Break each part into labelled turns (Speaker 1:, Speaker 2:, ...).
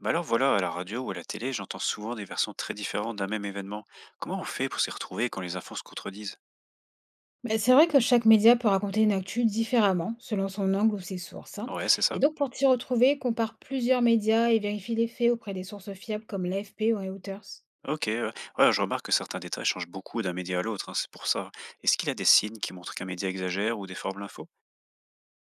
Speaker 1: Bah alors voilà, à la radio ou à la télé, j'entends souvent des versions très différentes d'un même événement. Comment on fait pour s'y retrouver quand les infos se contredisent?
Speaker 2: Mais c'est vrai que chaque média peut raconter une actu différemment, selon son angle ou ses sources, hein.
Speaker 1: Ouais, c'est
Speaker 2: Et
Speaker 1: ça.
Speaker 2: donc, pour t'y retrouver, compare plusieurs médias et vérifie les faits auprès des sources fiables comme l'AFP ou Reuters.
Speaker 1: Ok, ouais, ouais, je remarque que certains détails changent beaucoup d'un média à l'autre, hein, c'est pour ça. Est-ce qu'il y a des signes qui montrent qu'un média exagère ou déforme l'info?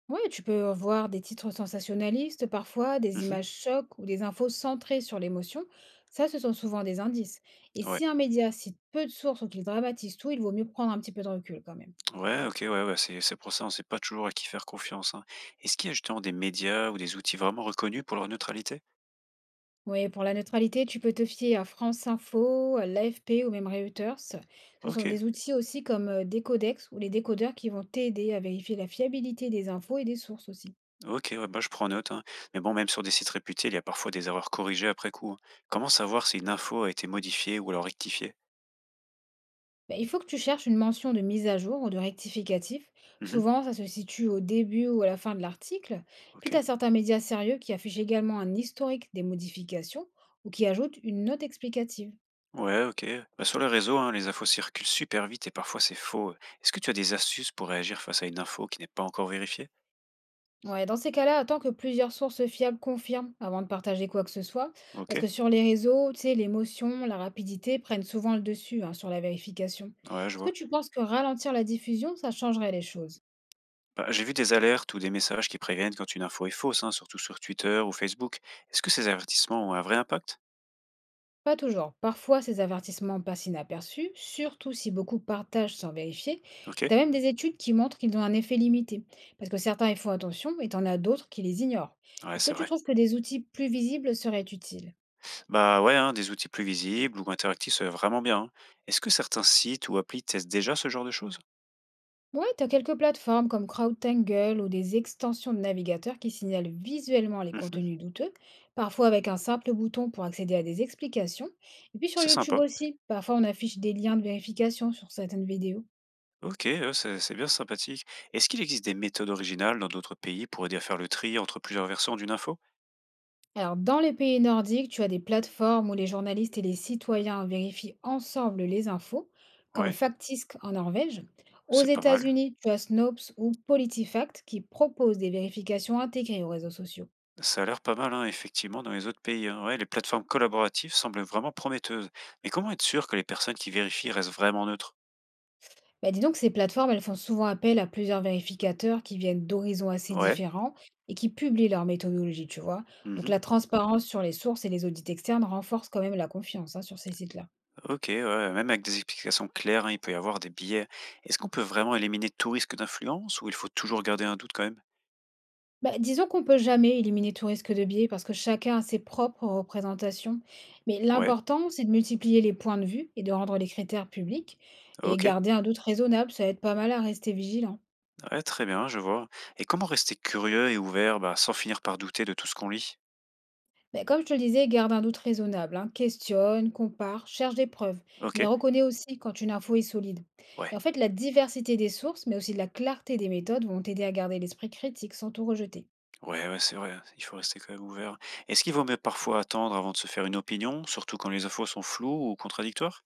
Speaker 2: Ouais, tu peux voir des titres sensationnalistes parfois, des
Speaker 1: Mhm.
Speaker 2: images chocs ou des infos centrées sur l'émotion. Ça, ce sont souvent des indices. Et
Speaker 1: Ouais,
Speaker 2: si un média cite peu de sources ou qu'il dramatise tout, il vaut mieux prendre un petit peu de recul quand même.
Speaker 1: ouais, ok, ouais, ouais, c'est pour ça, on ne sait pas toujours à qui faire confiance, hein. Est-ce qu'il y a justement des médias ou des outils vraiment reconnus pour leur neutralité?
Speaker 2: Oui, pour la neutralité, tu peux te fier à France Info, à l'AFP ou même Reuters. Ce
Speaker 1: Ok.
Speaker 2: sont des outils aussi comme Décodex ou les décodeurs qui vont t'aider à vérifier la fiabilité des infos et des sources aussi.
Speaker 1: OK, ouais, bah, je prends note, hein. Mais bon, même sur des sites réputés, il y a parfois des erreurs corrigées après coup, hein. Comment savoir si une info a été modifiée ou alors rectifiée?
Speaker 2: Ben, il faut que tu cherches une mention de mise à jour ou de rectificatif.
Speaker 1: Mhm,
Speaker 2: Souvent, ça se situe au début ou à la fin de l'article. Puis, tu
Speaker 1: OK.
Speaker 2: as certains médias sérieux qui affichent également un historique des modifications ou qui ajoutent une note explicative.
Speaker 1: Ouais, OK. Bah, sur les réseaux, hein, les infos circulent super vite et parfois c'est faux. Est-ce que tu as des astuces pour réagir face à une info qui n'est pas encore vérifiée?
Speaker 2: Ouais, dans ces cas-là, attends que plusieurs sources fiables confirment avant de partager quoi que ce soit, parce
Speaker 1: OK.
Speaker 2: que sur les réseaux, tu sais, l'émotion, la rapidité prennent souvent le dessus, hein, sur la vérification.
Speaker 1: Ouais, je
Speaker 2: Est-ce que
Speaker 1: vois.
Speaker 2: tu penses que ralentir la diffusion, ça changerait les choses?
Speaker 1: Bah, j'ai vu des alertes ou des messages qui préviennent quand une info est fausse, hein, surtout sur Twitter ou Facebook. Est-ce que ces avertissements ont un vrai impact?
Speaker 2: Pas toujours. Parfois, ces avertissements passent inaperçus, surtout si beaucoup partagent sans vérifier.
Speaker 1: OK.
Speaker 2: Tu as même des études qui montrent qu'ils ont un effet limité, parce que certains y font attention et t'en as d'autres qui les ignorent.
Speaker 1: Ouais,
Speaker 2: Est-ce que
Speaker 1: c'est
Speaker 2: tu
Speaker 1: vrai.
Speaker 2: trouves que des outils plus visibles seraient utiles?
Speaker 1: Bah ouais, hein, des outils plus visibles ou interactifs, c'est vraiment bien, hein. Est-ce que certains sites ou applis testent déjà ce genre de choses?
Speaker 2: Ouais, tu as quelques plateformes comme CrowdTangle ou des extensions de navigateurs qui signalent visuellement les
Speaker 1: Mhm,
Speaker 2: contenus douteux, parfois avec un simple bouton pour accéder à des explications. Et puis sur
Speaker 1: c'est
Speaker 2: YouTube
Speaker 1: sympa.
Speaker 2: aussi, parfois on affiche des liens de vérification sur certaines vidéos.
Speaker 1: Ok, c'est bien sympathique. Est-ce qu'il existe des méthodes originales dans d'autres pays pour aider à faire le tri entre plusieurs versions d'une info?
Speaker 2: Alors dans les pays nordiques, tu as des plateformes où les journalistes et les citoyens vérifient ensemble les infos, comme
Speaker 1: Ouais,
Speaker 2: Factisk en Norvège. Aux
Speaker 1: c'est pas mal.
Speaker 2: États-Unis, tu as Snopes ou PolitiFact qui proposent des vérifications intégrées aux réseaux sociaux.
Speaker 1: Ça a l'air pas mal, hein, effectivement, dans les autres pays, hein. Ouais, les plateformes collaboratives semblent vraiment prometteuses. Mais comment être sûr que les personnes qui vérifient restent vraiment neutres?
Speaker 2: Bah, dis donc, ces plateformes, elles font souvent appel à plusieurs vérificateurs qui viennent d'horizons assez
Speaker 1: Ouais.
Speaker 2: différents et qui publient leur méthodologie, tu vois. Donc,
Speaker 1: Mhm.
Speaker 2: la transparence sur les sources et les audits externes renforcent quand même la confiance, hein, sur ces sites-là.
Speaker 1: OK, ouais, ouais, même avec des explications claires, hein, il peut y avoir des biais. Est-ce qu'on peut vraiment éliminer tout risque d'influence ou il faut toujours garder un doute quand même?
Speaker 2: Bah, disons qu'on peut jamais éliminer tout risque de biais parce que chacun a ses propres représentations. Mais
Speaker 1: Ouais,
Speaker 2: l'important, c'est de multiplier les points de vue et de rendre les critères publics et
Speaker 1: OK,
Speaker 2: garder un doute raisonnable. Ça aide pas mal à rester vigilant.
Speaker 1: ouais, très bien, je vois. Et comment rester curieux et ouvert, bah, sans finir par douter de tout ce qu'on lit?
Speaker 2: Ben, comme je te le disais, garde un doute raisonnable, hein. Questionne, compare, cherche des preuves, mais
Speaker 1: OK,
Speaker 2: reconnais aussi quand une info est solide. Et
Speaker 1: ouais,
Speaker 2: en fait, la diversité des sources, mais aussi la clarté des méthodes vont t'aider à garder l'esprit critique sans tout rejeter.
Speaker 1: ouais, ouais, c'est vrai, il faut rester quand même ouvert. Est-ce qu'il vaut mieux parfois attendre avant de se faire une opinion, surtout quand les infos sont floues ou contradictoires?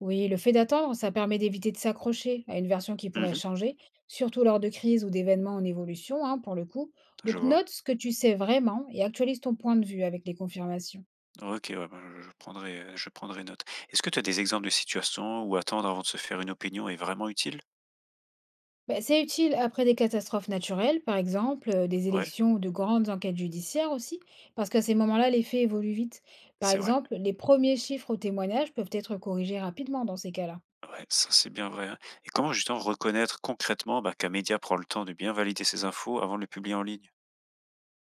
Speaker 2: Oui, le fait d'attendre, ça permet d'éviter de s'accrocher à une version qui pourrait
Speaker 1: Mhm,
Speaker 2: changer, surtout lors de crises ou d'événements en évolution, hein, pour le coup.
Speaker 1: je
Speaker 2: Donc
Speaker 1: vois.
Speaker 2: note ce que tu sais vraiment et actualise ton point de vue avec les confirmations.
Speaker 1: Ok, ouais, bah, je prendrai note. Est-ce que tu as des exemples de situations où attendre avant de se faire une opinion est vraiment utile?
Speaker 2: Bah, c'est utile après des catastrophes naturelles, par exemple, des
Speaker 1: Ouais,
Speaker 2: élections ou de grandes enquêtes judiciaires aussi, parce qu'à ces moments-là, les faits évoluent vite. Par
Speaker 1: c'est vrai.
Speaker 2: exemple, les premiers chiffres ou témoignages peuvent être corrigés rapidement dans ces cas-là.
Speaker 1: Ouais, ça c'est bien vrai, hein. Et comment justement reconnaître concrètement, bah, qu'un média prend le temps de bien valider ses infos avant de les publier en ligne?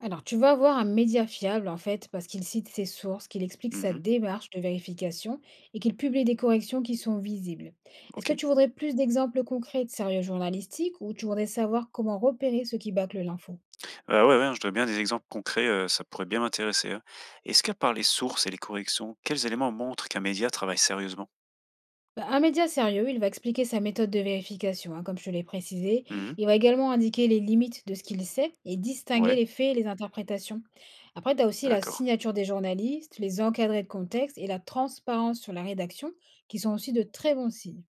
Speaker 2: Alors, tu vas avoir un média fiable, en fait, parce qu'il cite ses sources, qu'il explique sa
Speaker 1: Mmh.
Speaker 2: démarche de vérification et qu'il publie des corrections qui sont visibles. Est-ce que
Speaker 1: OK.
Speaker 2: tu voudrais plus d'exemples concrets de sérieux journalistique ou tu voudrais savoir comment repérer ceux qui bâclent l'info?
Speaker 1: Bah, ouais, ouais, hein, je dois bien des exemples concrets, ça pourrait bien m'intéresser, hein. Est-ce qu'à part les sources et les corrections, quels éléments montrent qu'un média travaille sérieusement?
Speaker 2: Bah, un média sérieux, il va expliquer sa méthode de vérification, hein, comme je te l'ai précisé.
Speaker 1: Mmh mh.
Speaker 2: Il va également indiquer les limites de ce qu'il sait et distinguer
Speaker 1: Ouais,
Speaker 2: les faits et les interprétations. Après, tu as aussi la
Speaker 1: d'accord.
Speaker 2: signature des journalistes, les encadrés de contexte et la transparence sur la rédaction, qui sont aussi de très bons signes.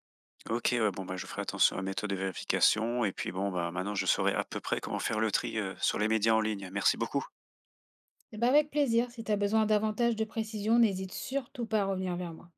Speaker 1: OK, ouais, bon, bah, je ferai attention à la méthode de vérification et puis bon, bah, maintenant je saurai à peu près comment faire le tri, sur les médias en ligne. Merci beaucoup.
Speaker 2: Et bah, avec plaisir, si tu as besoin davantage de précision, n'hésite surtout pas à revenir vers moi.